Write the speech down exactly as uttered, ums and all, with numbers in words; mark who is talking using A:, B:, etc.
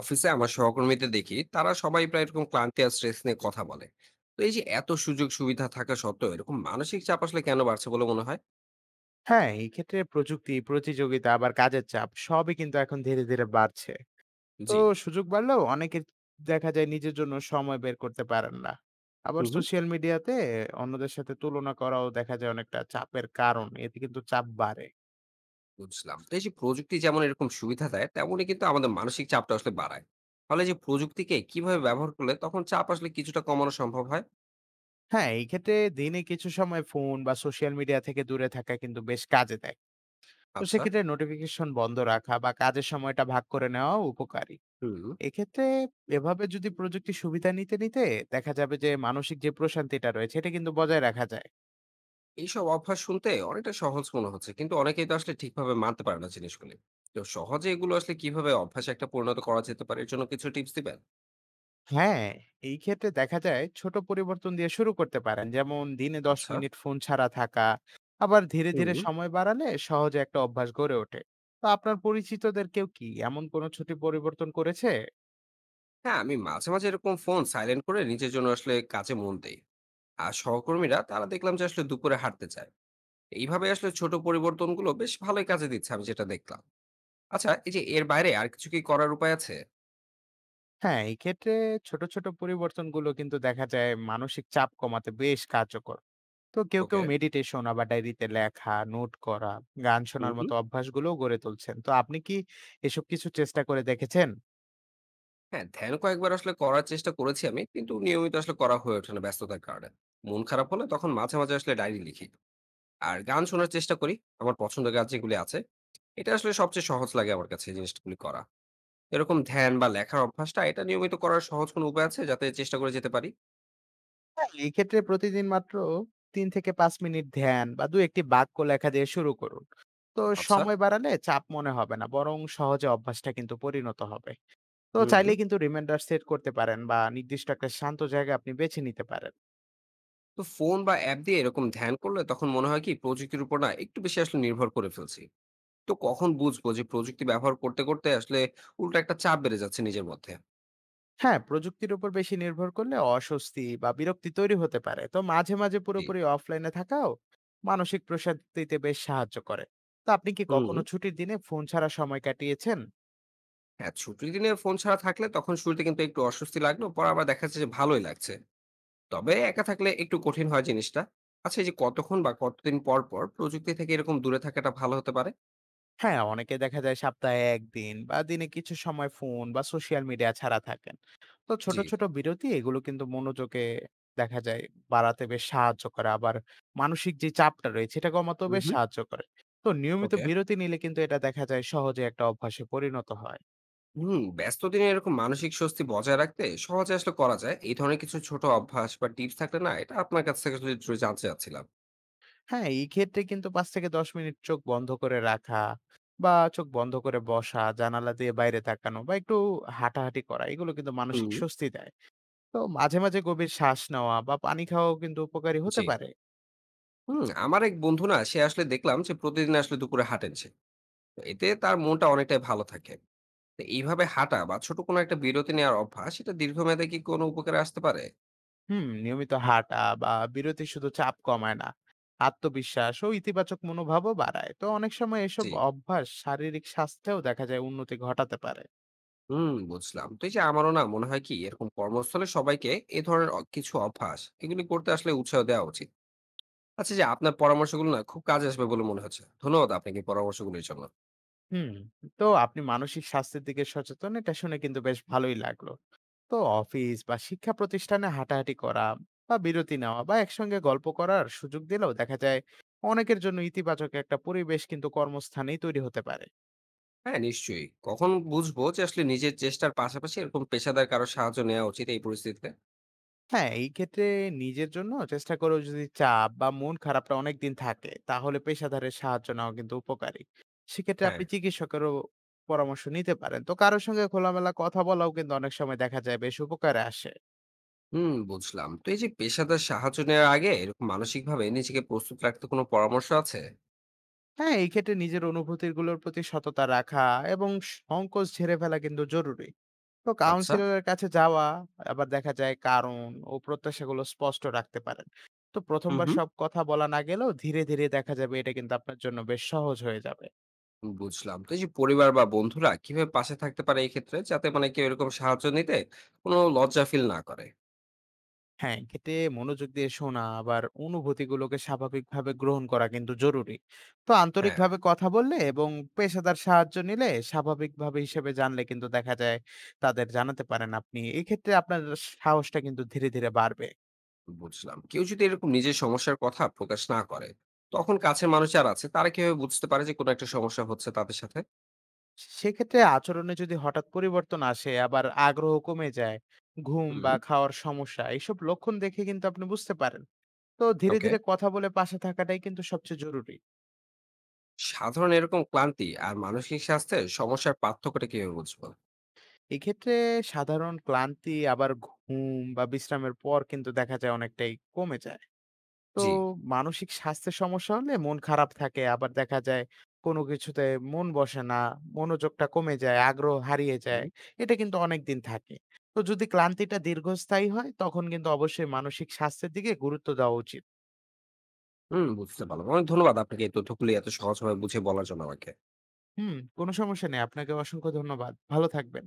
A: অফিসে আমার সহকর্মীদের দেখি তারা সবাই প্রায় এরকম ক্লান্তি আর স্ট্রেস নিয়ে কথা বলে। তো এই যে এত সুযোগ সুবিধা থাকা সত্ত্বেও এরকম মানসিক চাপ আসলে কেন বাড়ছে বলে মনে হয়?
B: হ্যাঁ, এই ক্ষেত্রে প্রযুক্তি, প্রতিযোগিতা আবার কাজের চাপ সবই কিন্তু এখন ধীরে, ধীরে বাড়ছে। তো
A: জি।
B: সুযোগ বাড়লেও অনেকে দেখা যায় নিজের জন্য সময় বের করতে পারেন না। আবার
A: হুম হুম।
B: সোশ্যাল মিডিয়াতে অন্যদের সাথে তুলনা করাও দেখা যায় অনেকটা চাপের কারণ। এতে কিন্তু চাপ বাড়ে।
A: বুঝলাম, তো এই যে প্রযুক্তি যেমন এরকম সুবিধা দেয় তেমনই কিন্তু আমাদের মানসিক চাপটা আসলে বাড়ায়। ফলে যে প্রযুক্তিকে কিভাবে ব্যবহার করলে তখন চাপ আসলে কিছুটা কমানো সম্ভব হয়?
B: হ্যাঁ, এই ক্ষেত্রে দিনে কিছু সময় ফোন বা সোশ্যাল মিডিয়া থেকে দূরে থাকা কিন্তু বেশ কাজে দেয়। তো
A: আচ্ছা।
B: সেক্ষেত্রে নোটিফিকেশন বন্ধ রাখা বা কাজের সময়টা ভাগ করে নেওয়াও উপকারী।
A: হুম।
B: এক্ষেত্রে এভাবে যদি প্রযুক্তির সুবিধা নিতে, নিতে দেখা যাবে যে মানসিক যে প্রশান্তিটা রয়েছে এটা কিন্তু বজায় রাখা যায়।
A: এইসব অভ্যাস শুনতে অনেকটা সহজ মনে হচ্ছে, কিন্তু অনেকেই তো আসলে ঠিকভাবে মানতে পারে না জিনিসগুলি। তো সহজে এগুলো আসলে কিভাবে অভ্যাসে একটা পরিণত করা যেতে পারে, এর জন্য কিছু টিপস দিবেন?
B: হ্যাঁ, এই ক্ষেত্রে দেখা যায় ছোট পরিবর্তন দিয়ে শুরু করতে পারেন। যেমন দিনে দশ
A: আচ্ছা।
B: মিনিট ফোন ছাড়া থাকা। আবার ধীরে,
A: হুম।
B: ধীরে সময় বাড়ালে সহজে একটা অভ্যাস গড়ে ওঠে। তো আপনার পরিচিতদের কেউ কি এমন কোনো ছোট পরিবর্তন করেছে?
A: হ্যাঁ, আমি মাঝে মাঝে এরকম ফোন সাইলেন্ট করে নিজের জন্য আসলে কাজে মন দেই। আর সহকর্মীরা তারা দেখলাম যে আসলে দুপুরে হাঁটতে চায়। এইভাবে আসলে ছোট পরিবর্তনগুলো বেশ ভালোই কাজে দিচ্ছে আমি যেটা দেখলাম। আচ্ছা, এই যে এর বাইরে আর কিছু কি করার উপায় আছে?
B: হ্যাঁ, এই ক্ষেত্রে ছোট, ছোট পরিবর্তনগুলো কিন্তু দেখা যায় মানসিক চাপ কমাতে বেশ কার্যকর। তো কেউ কেউ
A: ওকে।
B: মেডিটেশন আবার ডায়েরিতে লেখা নোট করা গান
A: হুম
B: শোনার
A: হুম।
B: মতো অভ্যাসগুলো গড়ে তুলছেন তো আপনি কি এসব কিছু চেষ্টা করে দেখেছেন।
A: হ্যাঁ, ধ্যান কয়েকবার আসলে করার চেষ্টা করেছি আমি, কিন্তু নিয়মিত আসলে করা হয়ে ওঠে না ব্যস্ততার কারণে। মন খারাপ হলে তখন মাঝে মাঝে আসলে ডায়েরি লিখি আর গান শোনার চেষ্টা করি, আমার পছন্দের গান যেগুলি আছে। এটা আসলে সবচেয়ে সহজ লাগে আমার কাছে এই জিনিসগুলি করা। এরকম ধ্যান বা লেখার অভ্যাসটা এটা নিয়মিত করার সহজ কোনো উপায় আছে যাতে চেষ্টা করে যেতে পারি?
B: হ্যাঁ, এই ক্ষেত্রে প্রতিদিন মাত্র তিন থেকে পাঁচ মিনিট ধ্যান বা দু একটি বাক্য লেখা দিয়ে শুরু করুন। তো
A: আচ্ছা।
B: সময় বাড়ালে চাপ মনে হবে না, বরং সহজে অভ্যাসটা কিন্তু পরিণত হবে। তো
A: হুম।
B: চাইলে কিন্তু রিমাইন্ডার সেট করতে পারেন বা নির্দিষ্ট একটা শান্ত জায়গা আপনি বেছে নিতে পারেন।
A: তো ফোন বা অ্যাপ দিয়ে এরকম ধ্যান করলে তখন মনে হয় কি প্রযুক্তির উপর না একটু বেশি আসলে নির্ভর করে ফেলছি? তো কখন বুঝবো যে প্রযুক্তি ব্যবহার করতে করতে আসলে উল্টো একটা চাপ বেড়ে যাচ্ছে নিজের মধ্যে?
B: হ্যাঁ, প্রযুক্তির উপর বেশি নির্ভর করলে অস্বস্তি বা বিরক্তি তৈরি হতে পারে। তো মাঝে, মাঝে
A: জি।
B: পুরোপুরি অফলাইনে থাকাও মানসিক প্রশান্তিতে বেশ সাহায্য করে। তো আপনি কি
A: হুম।
B: কখনো ছুটির দিনে ফোন ছাড়া সময় কাটিয়েছেন?
A: হ্যাঁ, ছুটির দিনে ফোন ছাড়া থাকলে তখন শুরুতে কিন্তু একটু অস্বস্তি লাগলো, পরে আবার দেখা যাচ্ছে যে ভালোই লাগছে। তবে একা থাকলে একটু কঠিন হয় জিনিসটা। আচ্ছা, এই যে কতক্ষণ বা কতদিন পর পর প্রযুক্তি থেকে এরকম দূরে থাকাটা ভালো হতে পারে?
B: হ্যাঁ, অনেকে দেখা যায় সপ্তাহে এক দিন বা দিনে কিছু সময় ফোন বা সোশ্যাল মিডিয়া ছাড়া থাকেন। তো ছোট,
A: জি।
B: ছোট বিরতি এগুলো কিন্তু মনোযোগে দেখা যায় বাড়াতে বেশ সাহায্য করে। আবার মানসিক যে চাপটা রয়েছে এটা কমাতেও
A: হুম
B: বেশ
A: হুম।
B: সাহায্য করে। তো নিয়মিত
A: ওকে।
B: বিরতি নিলে কিন্তু এটা দেখা যায় সহজে একটা অভ্যাসে পরিণত হয়।
A: হুম, ব্যস্ত দিনে এরকম মানসিক স্বস্তি বজায় রাখতে সহজে আসলে করা যায় এই ধরনের কিছু ছোট অভ্যাস বা টিপস থাকলে না, এটা আপনার কাছ থেকে যদি একটু জানতে চাচ্ছিলাম।
B: হ্যাঁ, এই ক্ষেত্রে কিন্তু পাঁচ থেকে দশ মিনিট চোখ বন্ধ করে রাখা বা চোখ বন্ধ করে বসা, জানালা দিয়ে বাইরে তাকানো বা একটু হাঁটাহাঁটি করা, এগুলো কিন্তু মানসিক
A: হুম।
B: স্বস্তি দেয়। তো মাঝে, মাঝে গভীর শ্বাস নেওয়া বা পানি খাওয়াও কিন্তু উপকারী হতে
A: জি।
B: পারে।
A: হুম, আমার এক বন্ধু না সে আসলে দেখলাম যে প্রতিদিন আসলে দুপুরে হাঁটেন সে। তো এতে তার মনটা অনেকটাই ভালো থাকে। তো এইভাবে হাঁটা বা ছোট কোনো একটা বিরতি নেওয়ার অভ্যাস এটা দীর্ঘমেয়াদে কি কোনো উপকারে আসতে পারে?
B: হুম, নিয়মিত হাঁটা বা বিরতি শুধু চাপ কমায় না, আত্মবিশ্বাস ও ইতিবাচক মনোভাবও বাড়ায়। তো অনেক সময় এসব
A: জি।
B: অভ্যাস শারীরিক স্বাস্থ্যেও দেখা যায় উন্নতি ঘটাতে পারে।
A: হুম, বুঝলাম, তো এই যে আমারও না মনে হয় কি এরকম কর্মস্থলে সবাইকে এই ধরনের অ- কিছু অভ্যাস এগুলি করতে আসলে উৎসাহ দেওয়া উচিত। আচ্ছা, এই যে আপনার পরামর্শগুলো না খুব কাজে আসবে বলে মনে হচ্ছে। ধন্যবাদ আপনাকে এই পরামর্শগুলোর জন্য।
B: হুম, তো আপনি মানসিক স্বাস্থ্যের দিকে সচেতন, এটা শুনে কিন্তু বেশ ভালোই লাগলো। তো অফিস বা শিক্ষা প্রতিষ্ঠানে হাঁটাহাঁটি করা বা বিরতি নেওয়া বা একসঙ্গে গল্প করার সুযোগ দিলেও দেখা যায় অনেকের জন্য ইতিবাচক একটা পরিবেশ কিন্তু কর্মস্থানেই তৈরি হতে পারে।
A: হ্যাঁ, নিশ্চয়ই। কখন বুঝবো যে আসলে নিজের চেষ্টার পাশাপাশি এরকম পেশাদার কারো সাহায্য নেওয়া উচিত এই পরিস্থিতিতে?
B: হ্যাঁ, এই ক্ষেত্রে নিজের জন্য চেষ্টা করেও যদি চাপ বা মন খারাপটা অনেক দিন থাকে তাহলে পেশাদারের সাহায্য নেওয়া কিন্তু উপকারী। সেক্ষেত্রে
A: হ্যাঁ।
B: আপনি চিকিৎসকেরও পরামর্শ নিতে পারেন। তো কারোর সঙ্গে খোলামেলা কথা বলাও কিন্তু অনেক সময় দেখা যায় বেশ উপকারে আসে।
A: হুম, বুঝলাম। তো এই যে পেশাদার সাহায্য নেওয়ার আগে এরকম মানসিকভাবে নিজেকে প্রস্তুত রাখতে কোনো পরামর্শ আছে?
B: হ্যাঁ, এই ক্ষেত্রে নিজের অনুভূতিগুলোর প্রতি সততা রাখা এবং সংকোচ ঝেড়ে ফেলা কিন্তু জরুরি। তো
A: আচ্ছা।
B: কাউন্সিলরের কাছে যাওয়া আবার দেখা যায় কারণ ও প্রত্যাশাগুলো স্পষ্ট রাখতে পারেন। তো প্রথম
A: হুম,
B: বার
A: হুম।
B: সব কথা বলা না গেলেও ধীরে, ধীরে দেখা যাবে এটা কিন্তু আপনার জন্য বেশ সহজ হয়ে যাবে।
A: বুঝলাম। তো এই যে পরিবার বা বন্ধুরা কিভাবে পাশে থাকতে পারে এই ক্ষেত্রে? যাতে মানে কেউ এরকম সাহায্য নিতে কোনো লজ্জা ফিল না করে?
B: হ্যাঁ, এক্ষেত্রে মনোযোগ দিয়ে শোনা আবার অনুভূতিগুলোকে স্বাভাবিকভাবে গ্রহণ করা কিন্তু জরুরি। তো
A: হ্যাঁ।
B: আন্তরিকভাবে কথা বললে এবং পেশাদার সাহায্য নিলে স্বাভাবিকভাবে হিসেবে জানলে কিন্তু দেখা যায় তাদের জানাতে পারেন আপনি। এক্ষেত্রে আপনার সাহসটা কিন্তু ধীরে, ধীরে বাড়বে।
A: বুঝলাম। কেউ যদি এরকম নিজের সমস্যার কথা প্রকাশ না করে, তখন কাছের মানুষ যারা আছে তারা কিভাবে বুঝতে পারে যে কোনো একটা সমস্যা হচ্ছে তাদের সাথে?
B: সেক্ষেত্রে আচরণে যদি হঠাৎ পরিবর্তন আসে আবার আগ্রহ কমে যায়, ঘুম বা
A: হুম।
B: খাওয়ার সমস্যা, এইসব লক্ষণ দেখে কিন্তু আপনি বুঝতে পারেন। তো ধীরে
A: ওকে।
B: ধীরে কথা বলে পাশে থাকাটাই কিন্তু সবচেয়ে জরুরি।
A: সাধারণ এরকম ক্লান্তি আর মানসিক স্বাস্থ্যের সমস্যার পার্থক্যটা কিভাবে বুঝবো?
B: এক্ষেত্রে সাধারণ ক্লান্তি আবার ঘুম বা বিশ্রামের পর কিন্তু দেখা যায় অনেকটাই কমে যায়। তো
A: জি।
B: মানসিক স্বাস্থ্যের সমস্যা হলে মন খারাপ থাকে। আবার দেখা যায় কোনো কিছুতে মন বসে না, মনোযোগটা কমে যায়, আগ্রহ হারিয়ে যায়।
A: হুম।
B: এটা কিন্তু অনেকদিন থাকে। তো যদি ক্লান্তিটা দীর্ঘস্থায়ী হয় তখন কিন্তু অবশ্যই মানসিক স্বাস্থ্যের দিকে গুরুত্ব দেওয়া উচিত।
A: হুম, বুঝতে পারলাম। অনেক ধন্যবাদ আপনাকে এই তথ্যগুলি এত সহজভাবে বুঝিয়ে বলার জন্য আমাকে।
B: হুম, কোনো সমস্যা নেই। আপনাকে অসংখ্য ধন্যবাদ। ভালো থাকবেন।